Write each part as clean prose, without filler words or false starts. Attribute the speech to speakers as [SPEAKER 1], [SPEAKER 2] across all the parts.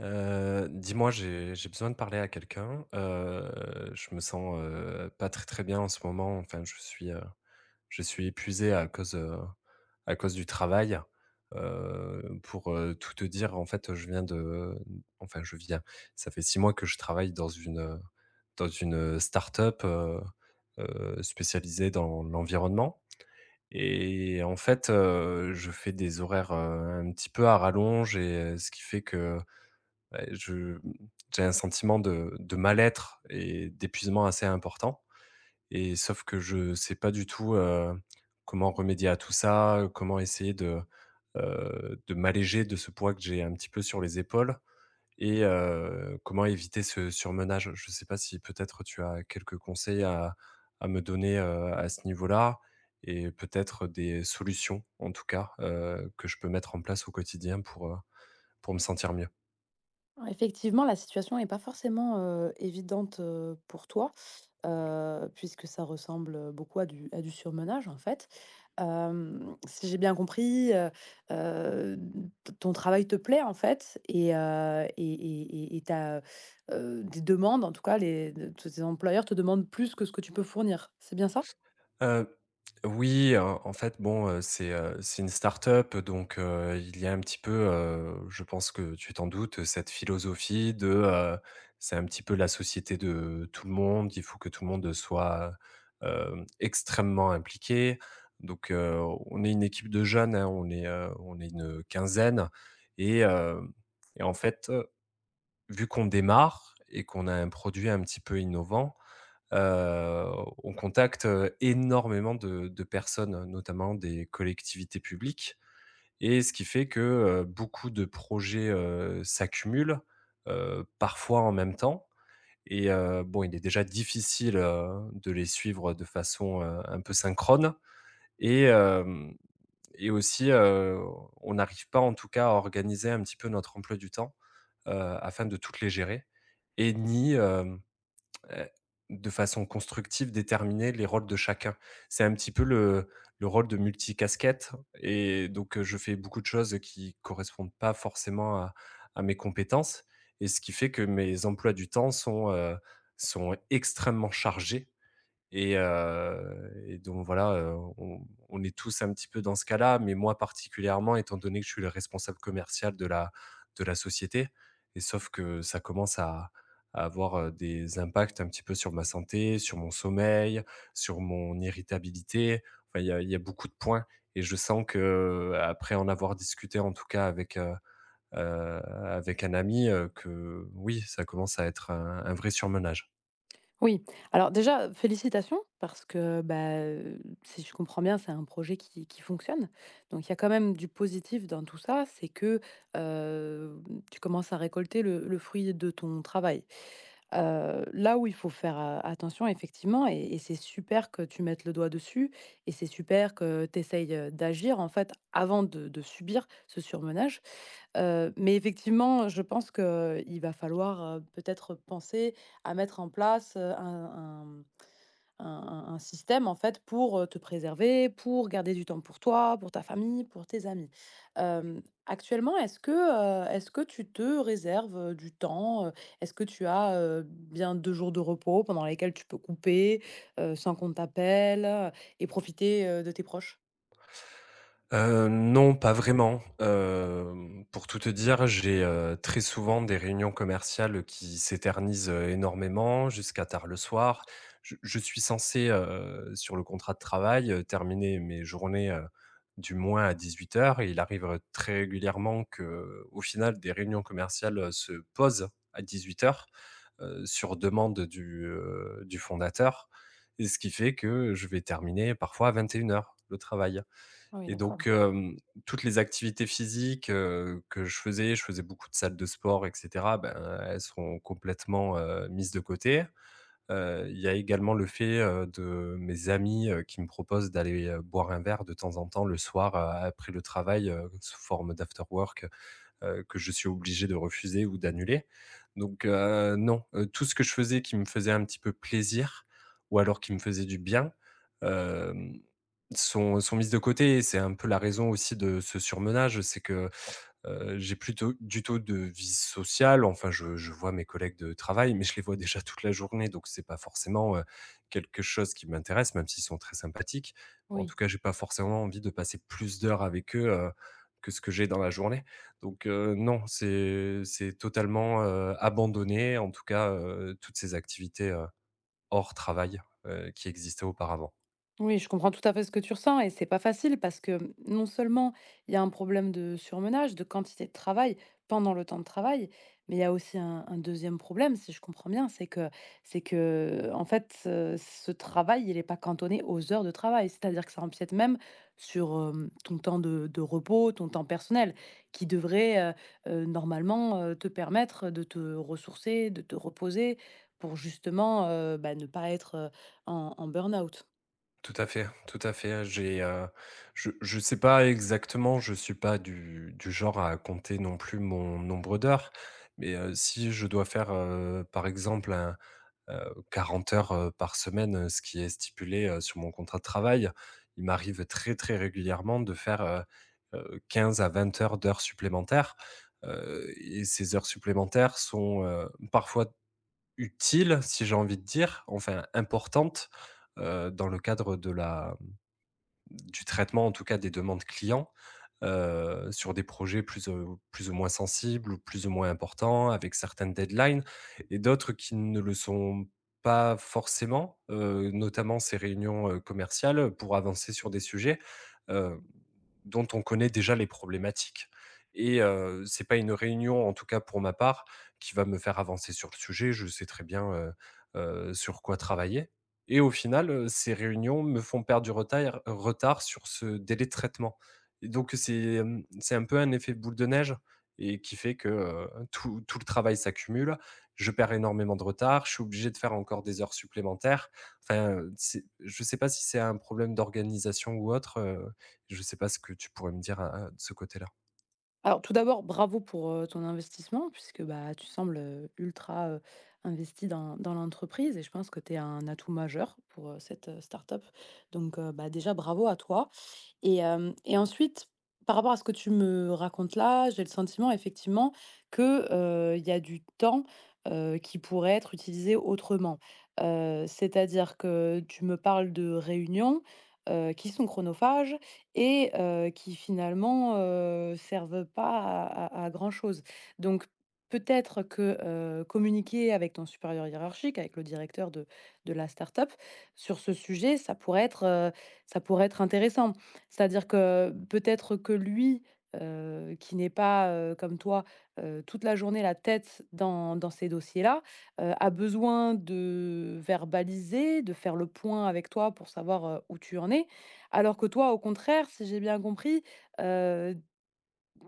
[SPEAKER 1] Dis-moi, j'ai besoin de parler à quelqu'un. Je me sens, pas très, très bien en ce moment. Enfin, je suis épuisé à cause du travail. Pour, tout te dire, en fait, je viens de enfin, ça fait 6 mois que je travaille dans une, dans une, start-up, spécialisée dans l'environnement. Et en fait, je fais des horaires, un petit peu à rallonge, et ce qui fait que. Ouais, je j'ai un sentiment de mal-être et d'épuisement assez important, et sauf que je sais pas du tout, comment remédier à tout ça, comment essayer de m'alléger de ce poids que j'ai un petit peu sur les épaules, et comment éviter ce surmenage? Je sais pas si peut-être tu as quelques conseils à me donner, à ce niveau-là, et peut-être des solutions en tout cas, que je peux mettre en place au quotidien pour me sentir mieux.
[SPEAKER 2] Ouais, effectivement, la situation n'est pas forcément évidente pour toi, puisque ça ressemble beaucoup à du surmenage, en fait. Euh, si j'ai bien compris, euh, ton travail te plaît, en fait, et t'as, des demandes, en tout cas, tes employeurs te demandent plus que ce que tu peux fournir. C'est bien ça?
[SPEAKER 1] Heu, oui, en fait, bon, c'est une start-up, donc il y a un petit peu, je pense que tu t'en doutes, cette philosophie de. C'est un petit peu la société de tout le monde, il faut que tout le monde soit, extrêmement impliqué. Donc on est une équipe de jeunes, hein, on est une quinzaine, et hem et en fait, vu qu'on démarre et qu'on a un produit un petit peu innovant. Heu, on contacte, énormément de personnes, notamment des collectivités publiques, et ce qui fait que, beaucoup de projets, s'accumulent, parfois en même temps. Et bon, il est déjà difficile, de les suivre de façon, un peu synchrone, et hem et aussi, on n'arrive pas, en tout cas, à organiser un petit peu notre emploi du temps, afin de toutes les gérer, et ni, hem heu, de façon constructive, déterminer les rôles de chacun. C'est un petit peu le rôle de multicasquette, et donc je fais beaucoup de choses qui correspondent pas forcément à mes compétences, et ce qui fait que mes emplois du temps sont extrêmement chargés. Et donc voilà, on est tous un petit peu dans ce cas-là, mais moi particulièrement étant donné que je suis le responsable commercial de la société, et sauf que ça commence à avoir, des impacts un petit peu sur ma santé, sur mon sommeil, sur mon irritabilité. Enfin, il y a beaucoup de points, et je sens que après en avoir discuté en tout cas avec un ami, que oui, ça commence à être un vrai surmenage.
[SPEAKER 2] Oui. Alors déjà, félicitations parce que, si je comprends bien, c'est un projet qui fonctionne. Donc il y a quand même du positif dans tout ça, c'est que, heu, tu commences à récolter le fruit de ton travail. Là où il faut faire, attention effectivement et c'est super que tu mettes le doigt dessus et c'est super que tu essayes d'agir en fait avant de subir ce surmenage. Mais effectivement, je pense qu'il va falloir, peut-être penser à mettre en place, un système, en fait, pour, te préserver, pour garder du temps pour toi, pour ta famille, pour tes amis. Hem, Actuellement, est-ce que tu te réserves, du temps? Est-ce que tu as, bien 2 jours de repos pendant lesquels tu peux couper, sans qu'on t'appelle, et profiter, de tes proches?
[SPEAKER 1] Non, pas vraiment. Pour tout te dire, j'ai, très souvent des réunions commerciales qui s'éternisent, énormément jusqu'à tard le soir. Je suis censé, sur le contrat de travail, terminer mes journées, du moins à 18:00, et il arrive, très régulièrement que, au final des réunions commerciales, se posent à 18:00, sur demande du fondateur, et ce qui fait que je vais terminer parfois à 21 heures le travail.
[SPEAKER 2] Ah oui,
[SPEAKER 1] Et
[SPEAKER 2] d'accord.
[SPEAKER 1] donc, toutes les activités physiques, que je faisais beaucoup de salles de sport et cetera, ben, elles seront complètement, mises de côté. Il y a également le fait, de mes amis, qui me proposent d'aller, boire un verre de temps en temps le soir, après le travail, sous forme d'after work, que je suis obligé de refuser ou d'annuler. Donc, non, tout ce que je faisais qui me faisait un petit peu plaisir ou alors qui me faisait du bien, hem, sont mises de côté, et c'est un peu la raison aussi de ce surmenage, c'est que. J'ai plutôt du tout de vie sociale, enfin je vois mes collègues de travail, mais je les vois déjà toute la journée, donc c'est pas forcément, quelque chose qui m'intéresse, même s'ils sont très sympathiques. Bon, en
[SPEAKER 2] Oui.
[SPEAKER 1] tout cas, j'ai pas forcément envie de passer plus d'heures avec eux, que ce que j'ai dans la journée. Donc, non, c'est totalement, abandonné, en tout cas, toutes ces activités, hors travail, qui existaient auparavant.
[SPEAKER 2] Oui, je comprends tout à fait ce que tu ressens et c'est pas facile parce que non seulement il y a un problème de surmenage, de quantité de travail pendant le temps de travail, mais il y a aussi un deuxième problème, si je comprends bien, c'est que en fait ce travail il n'est pas cantonné aux heures de travail, c'est-à-dire que ça empiète même sur ton temps de repos, ton temps personnel, qui devrait normalement te permettre de te ressourcer, de te reposer pour justement, bah, ne pas être en burn-out.
[SPEAKER 1] Tout à fait, tout à fait. J'ai, je sais pas exactement, je suis pas du genre à compter non plus mon nombre d'heures, mais, si je dois faire, par exemple, 40 heures, par semaine, ce qui est stipulé, sur mon contrat de travail, il m'arrive très, très régulièrement de faire, 15 à vingt heures d'heures supplémentaires, et ces heures supplémentaires sont, parfois utiles, si j'ai envie de dire, enfin importantes, dans le cadre de la du traitement, en tout cas, des demandes clients, sur des projets ou plus ou moins sensibles ou plus ou moins importants avec certaines deadlines, et d'autres qui ne le sont pas forcément, notamment ces réunions, commerciales, pour avancer sur des sujets hem dont on connaît déjà les problématiques, et c'est pas une réunion, en tout cas pour ma part, qui va me faire avancer sur le sujet. Je sais très bien, sur quoi travailler, et au final, ces réunions me font perdre du retard sur ce délai de traitement, et donc c'est un peu un effet boule de neige, et qui fait que, tout le travail s'accumule. Je perds énormément de retard, je suis obligé de faire encore des heures supplémentaires. Enfin, c'est je sais pas si c'est un problème d'organisation ou autre. Je sais pas ce que tu pourrais me dire à de ce côté-là?
[SPEAKER 2] Alors tout d'abord, bravo pour, ton investissement puisque, bah, tu sembles, ultra, investi dans l'entreprise et je pense que tu es un atout majeur pour, cette start-up, donc, bah, déjà bravo à toi. Et ensuite, par rapport à ce que tu me racontes là, j'ai le sentiment effectivement que, il y a du temps, qui pourrait être utilisé autrement. C'est-à-dire que tu me parles de réunions, qui sont chronophages et, qui finalement, servent pas à grand chose. Donc peut-être que, communiquer avec ton supérieur hiérarchique, avec le directeur de la start-up sur ce sujet, ça pourrait être intéressant. C'est-à-dire que peut-être que lui, qui n'est pas, comme toi, toute la journée la tête dans ces dossiers-là, a besoin de verbaliser, de faire le point avec toi pour savoir, où tu en es. Alors que toi, au contraire, si j'ai bien compris, euh,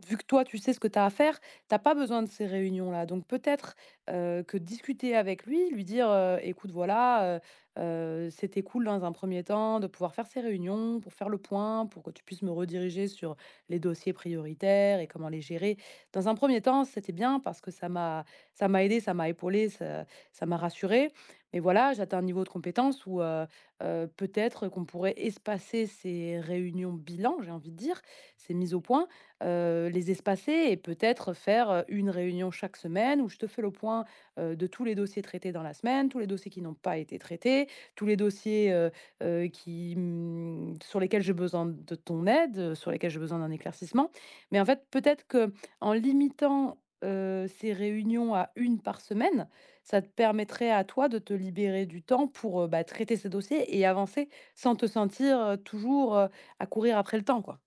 [SPEAKER 2] vu que toi, tu sais ce que tu as à faire, t'as pas besoin de ces réunions-là. Donc peut-être, que discuter avec lui, lui dire, «Écoute, voilà, c'était cool dans un premier temps de pouvoir faire ces réunions pour faire le point, pour que tu puisses me rediriger sur les dossiers prioritaires et comment les gérer. Dans un premier temps, c'était bien parce que ça m'a aidé, ça m'a épaulé, ça m'a rassuré. Mais voilà, j'atteins un niveau de compétence où, peut-être qu'on pourrait espacer ces réunions bilan, j'ai envie de dire, ces mises au point, les espacer et peut-être faire, une réunion chaque semaine où je te fais le point, de tous les dossiers traités dans la semaine, tous les dossiers qui n'ont pas été traités, tous les dossiers, qui, sur lesquels j'ai besoin de ton aide, sur lesquels j'ai besoin d'un éclaircissement. Mais en fait, peut-être que en limitant, ces réunions à une par semaine, ça te permettrait à toi de te libérer du temps pour, bah, traiter ces dossiers et avancer sans te sentir, toujours à courir après le temps, quoi.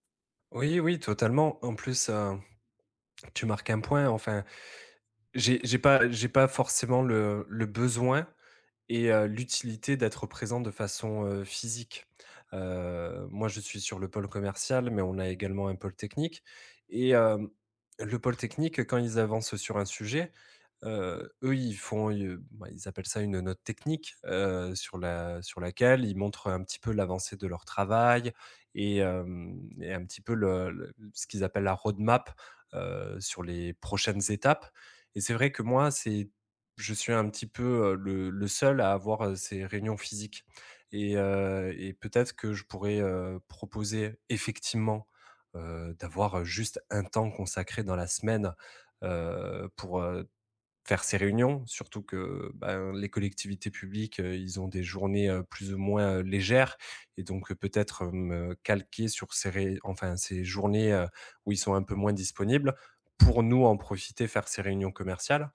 [SPEAKER 1] Oui, oui, totalement. En plus, tu marques un point. Enfin, j'ai pas forcément le besoin et l'utilité d'être présent de façon, physique. Moi, je suis sur le pôle commercial, mais on a également un pôle technique, et hem, le pôle technique, quand ils avancent sur un sujet. Eux, bah, ils appellent ça une note technique, sur laquelle ils montrent un petit peu l'avancée de leur travail, et un petit peu le ce qu'ils appellent la roadmap map, sur les prochaines étapes. Et c'est vrai que moi, c'est je suis un petit peu, le seul à avoir, ces réunions physiques, et peut-être que je pourrais, proposer effectivement, d'avoir, juste un temps consacré dans la semaine, pour faire ces réunions, surtout que, ben, les collectivités publiques, ils ont des journées, plus ou moins, légères, et donc, peut-être, me calquer sur ces ré enfin, ces journées, où ils sont un peu moins disponibles, pour nous en profiter, faire ces réunions commerciales,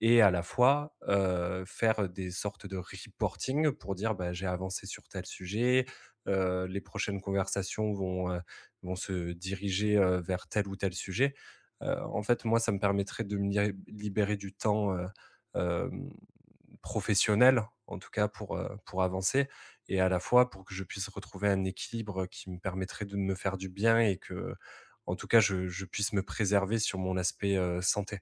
[SPEAKER 1] et à la fois, faire des sortes de reporting pour dire: «Bah, j'ai avancé sur tel sujet, les prochaines conversations vont, vont se diriger, vers tel ou tel sujet». En fait, moi, ça me permettrait de me liré libérer du temps, hem, professionnel, en tout cas pour avancer, et à la fois pour que je puisse retrouver un équilibre qui me permettrait de me faire du bien, et que en tout cas je puisse me préserver sur mon aspect, santé.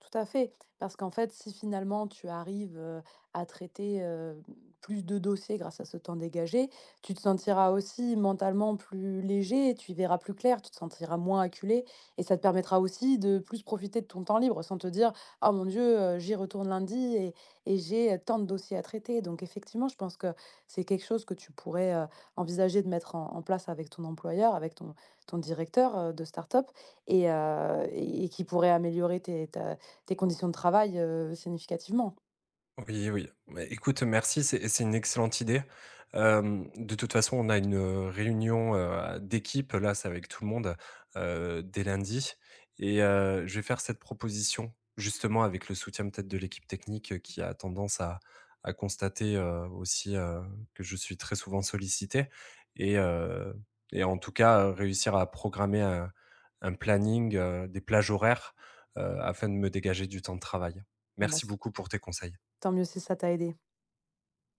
[SPEAKER 2] Tout à fait, parce qu'en fait, si finalement tu arrives, à traiter, plus de dossiers grâce à ce temps dégagé, tu te sentiras aussi mentalement plus léger, tu y verras plus clair, tu te sentiras moins acculé et ça te permettra aussi de plus profiter de ton temps libre sans te dire: «Ah mon Dieu, j'y retourne lundi et j'ai, tant de dossiers à traiter». Donc effectivement, je pense que c'est quelque chose que tu pourrais, envisager de mettre en place avec ton employeur, avec ton directeur, de start-up et qui pourrait améliorer tes conditions de travail, significativement.
[SPEAKER 1] Oui, oui. Bah, écoute, merci, c'est une excellente idée. De toute façon, on a une, réunion, d'équipe, là, c'est avec tout le monde, dès lundi, et je vais faire cette proposition, justement avec le soutien peut-être de l'équipe technique, qui a tendance à constater, aussi, que je suis très souvent sollicité, et heu et en tout cas, réussir à programmer un planning, des plages horaires, afin de me dégager du temps de travail.
[SPEAKER 2] Bon bah,
[SPEAKER 1] Merci
[SPEAKER 2] c
[SPEAKER 1] beaucoup pour tes conseils.
[SPEAKER 2] tant mieux si ça t'a aidé.